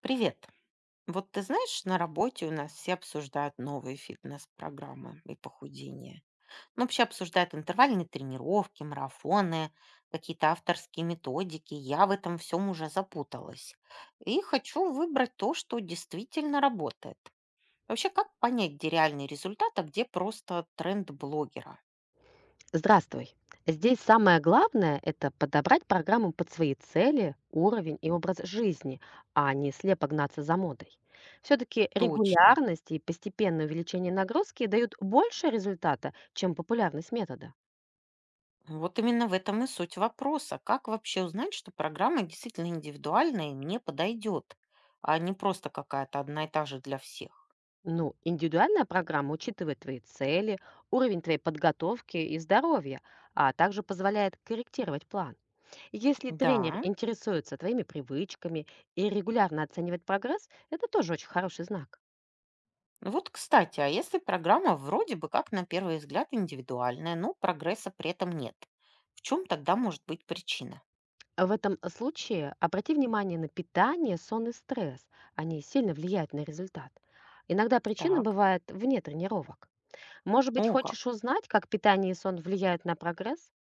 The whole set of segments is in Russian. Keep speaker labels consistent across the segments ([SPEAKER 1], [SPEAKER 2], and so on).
[SPEAKER 1] Привет. Вот ты знаешь, на работе у нас все обсуждают новые фитнес-программы и похудение. Ну, вообще обсуждают интервальные тренировки, марафоны, какие-то авторские методики. Я в этом всем уже запуталась. И хочу выбрать то, что действительно работает. Вообще, как понять, где реальный результат, а где просто тренд блогера?
[SPEAKER 2] Здравствуй. Здесь самое главное — это подобрать программу под свои цели, уровень и образ жизни, а не слепо гнаться за модой. Все-таки
[SPEAKER 1] Точно.
[SPEAKER 2] регулярность и постепенное увеличение нагрузки дают больше результата, чем популярность метода.
[SPEAKER 1] Вот именно в этом и суть вопроса. Как вообще узнать, что программа действительно индивидуальная и мне подойдет, а не просто какая-то одна и та же для всех?
[SPEAKER 2] Ну, индивидуальная программа учитывает твои цели, уровень твоей подготовки и здоровья, а также позволяет корректировать план. Если тренер
[SPEAKER 1] Да.
[SPEAKER 2] интересуется твоими привычками и регулярно оценивает прогресс, это тоже очень хороший знак.
[SPEAKER 1] Вот, кстати, а если программа вроде бы как на первый взгляд индивидуальная, но прогресса при этом нет, в чем тогда может быть причина?
[SPEAKER 2] А в этом случае обрати внимание на питание, сон и стресс. Они сильно влияют на результат. Иногда причина
[SPEAKER 1] Так.
[SPEAKER 2] бывает вне тренировок. Может быть,
[SPEAKER 1] О,
[SPEAKER 2] хочешь
[SPEAKER 1] как.
[SPEAKER 2] узнать, как питание и сон влияют на прогресс?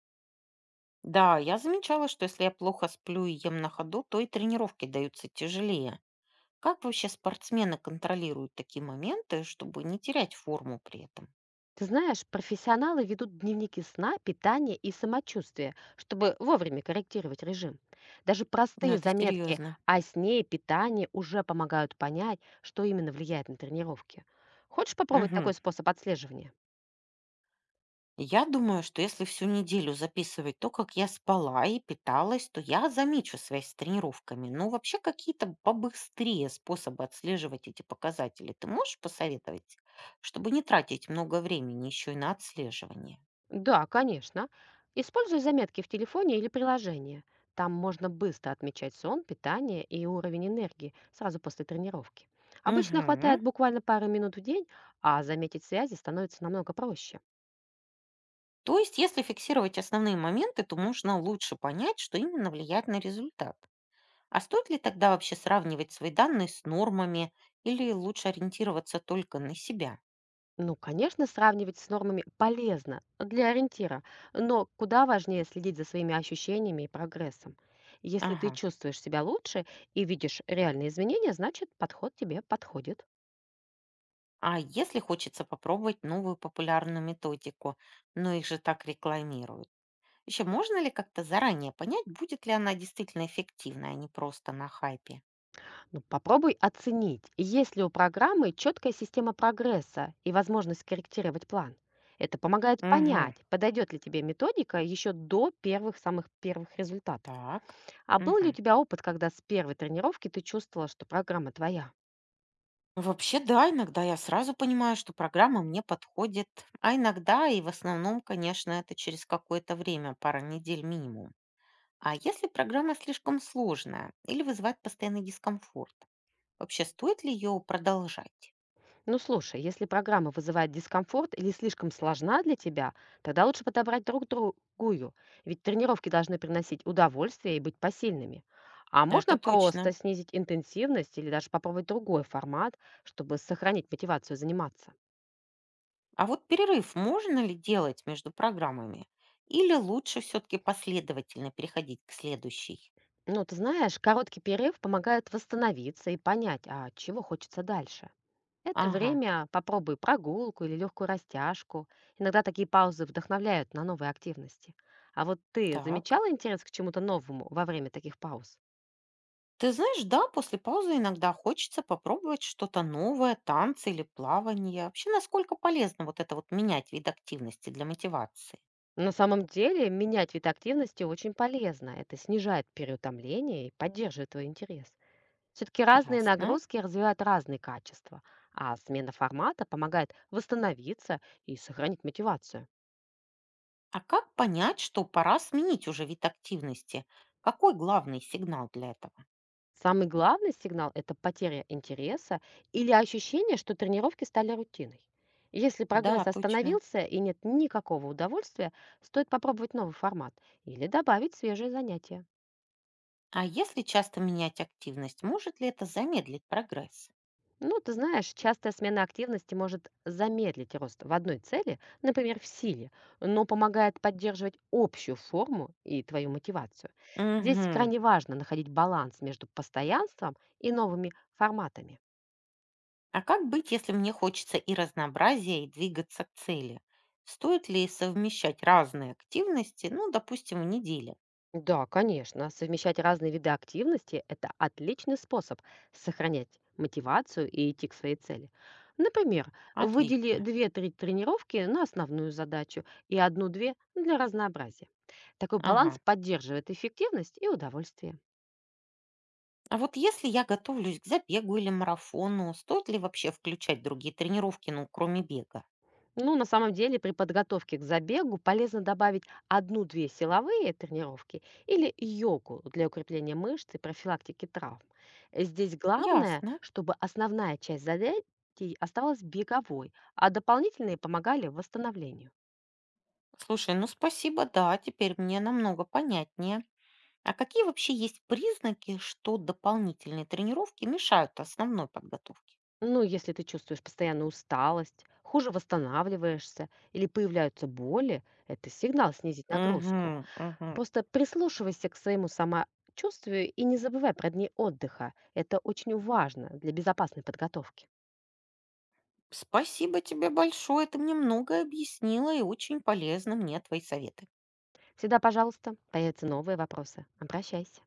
[SPEAKER 1] Да, я замечала, что если я плохо сплю и ем на ходу, то и тренировки даются тяжелее. Как вообще спортсмены контролируют такие моменты, чтобы не терять форму при этом?
[SPEAKER 2] Ты знаешь, профессионалы ведут дневники сна, питания и самочувствия, чтобы вовремя корректировать режим. Даже
[SPEAKER 1] Ну,
[SPEAKER 2] простые
[SPEAKER 1] это
[SPEAKER 2] заметки
[SPEAKER 1] серьезно.
[SPEAKER 2] о сне и питании уже помогают понять, что именно влияет на тренировки. Хочешь попробовать
[SPEAKER 1] Мгм.
[SPEAKER 2] такой способ отслеживания?
[SPEAKER 1] Я думаю, что если всю неделю записывать то, как я спала и питалась, то я замечу связь с тренировками. Ну, вообще какие-то побыстрее способы отслеживать эти показатели. Ты можешь посоветовать, чтобы не тратить много времени еще и на отслеживание?
[SPEAKER 2] Да, конечно. Используй заметки в телефоне или приложении. Там можно быстро отмечать сон, питание и уровень энергии сразу после тренировки. Обычно
[SPEAKER 1] Мгм.
[SPEAKER 2] хватает буквально пары минут в день, а заметить связи становится намного проще.
[SPEAKER 1] То есть, если фиксировать основные моменты, то можно лучше понять, что именно влияет на результат. А стоит ли тогда вообще сравнивать свои данные с нормами или лучше ориентироваться только на себя?
[SPEAKER 2] Ну, конечно, сравнивать с нормами полезно для ориентира, но куда важнее следить за своими ощущениями и прогрессом. Если ты
[SPEAKER 1] Ага.
[SPEAKER 2] чувствуешь себя лучше и видишь реальные изменения, значит, подход тебе подходит.
[SPEAKER 1] А если хочется попробовать новую популярную методику, но их же так рекламируют. Еще можно ли как-то заранее понять, будет ли она действительно эффективной, а не просто на хайпе?
[SPEAKER 2] Ну, попробуй оценить, есть ли у программы четкая система прогресса и возможность корректировать план. Это помогает
[SPEAKER 1] Угу.
[SPEAKER 2] понять, подойдет ли тебе методика еще до первых самых первых результатов.
[SPEAKER 1] Так.
[SPEAKER 2] А был ли у
[SPEAKER 1] Мгм.
[SPEAKER 2] тебя опыт, когда с первой тренировки ты чувствовала, что программа твоя?
[SPEAKER 1] Ну, вообще, да, иногда я сразу понимаю, что программа мне подходит, а иногда и в основном, конечно, это через какое-то время, пара недель минимум. А если программа слишком сложная или вызывает постоянный дискомфорт, вообще стоит ли ее продолжать?
[SPEAKER 2] Ну слушай, если программа вызывает дискомфорт или слишком сложна для тебя, тогда лучше подобрать другую, ведь тренировки должны приносить удовольствие и быть посильными. А
[SPEAKER 1] Это
[SPEAKER 2] можно просто
[SPEAKER 1] точно.
[SPEAKER 2] снизить интенсивность или даже попробовать другой формат, чтобы сохранить мотивацию заниматься.
[SPEAKER 1] А вот перерыв можно ли делать между программами? Или лучше все-таки последовательно переходить к следующей?
[SPEAKER 2] Ну, ты знаешь, короткий перерыв помогает восстановиться и понять, а чего хочется дальше. Это
[SPEAKER 1] Ага,
[SPEAKER 2] время попробуй прогулку или легкую растяжку. Иногда такие паузы вдохновляют на новые активности. А вот ты
[SPEAKER 1] так.
[SPEAKER 2] замечала интерес к чему-то новому во время таких пауз?
[SPEAKER 1] Ты знаешь, да, после паузы иногда хочется попробовать что-то новое, танцы или плавание. Вообще, насколько полезно вот это менять вид активности для мотивации?
[SPEAKER 2] На самом деле, менять вид активности очень полезно. Это снижает переутомление и поддерживает твой интерес. Все-таки разные
[SPEAKER 1] Ясно.
[SPEAKER 2] нагрузки развивают разные качества, а смена формата помогает восстановиться и сохранить мотивацию.
[SPEAKER 1] А как понять, что пора сменить уже вид активности? Какой главный сигнал для этого?
[SPEAKER 2] Самый главный сигнал — это потеря интереса или ощущение, что тренировки стали рутиной. Если
[SPEAKER 1] Да,
[SPEAKER 2] прогресс
[SPEAKER 1] точно.
[SPEAKER 2] остановился и нет никакого удовольствия, стоит попробовать новый формат или добавить свежие занятия.
[SPEAKER 1] А если часто менять активность, может ли это замедлить прогресс?
[SPEAKER 2] Ну, ты знаешь, частая смена активности может замедлить рост в одной цели, например, в силе, но помогает поддерживать общую форму и твою мотивацию. Здесь
[SPEAKER 1] Мгм.
[SPEAKER 2] крайне важно находить баланс между постоянством и новыми форматами.
[SPEAKER 1] А как быть, если мне хочется и разнообразия, и двигаться к цели? Стоит ли совмещать разные активности, ну, допустим, в неделе?
[SPEAKER 2] Да, конечно, совмещать разные виды активности — это отличный способ сохранять мотивацию и идти к своей цели. Например, выдели
[SPEAKER 1] Отлично.
[SPEAKER 2] две-три тренировки на основную задачу и одну-две для разнообразия. Такой баланс
[SPEAKER 1] Ага.
[SPEAKER 2] поддерживает эффективность и удовольствие.
[SPEAKER 1] А вот если я готовлюсь к забегу или марафону, стоит ли вообще включать другие тренировки, ну, кроме бега?
[SPEAKER 2] Ну, на самом деле, при подготовке к забегу полезно добавить одну-две силовые тренировки или йогу для укрепления мышц и профилактики травм. Здесь главное,
[SPEAKER 1] Ясно.
[SPEAKER 2] чтобы основная часть занятий осталась беговой, а дополнительные помогали восстановлению.
[SPEAKER 1] Слушай, ну спасибо, да, теперь мне намного понятнее. А какие вообще есть признаки, что дополнительные тренировки мешают основной подготовке?
[SPEAKER 2] Ну, если ты чувствуешь постоянную усталость, хуже восстанавливаешься или появляются боли, это сигнал снизить нагрузку.
[SPEAKER 1] Угу, угу.
[SPEAKER 2] Просто прислушивайся к своему самочувствию и не забывай про дни отдыха. Это очень важно для безопасной подготовки.
[SPEAKER 1] Спасибо тебе большое, ты мне многое объяснила и очень полезны мне твои советы.
[SPEAKER 2] Всегда, пожалуйста, появятся новые вопросы. Обращайся.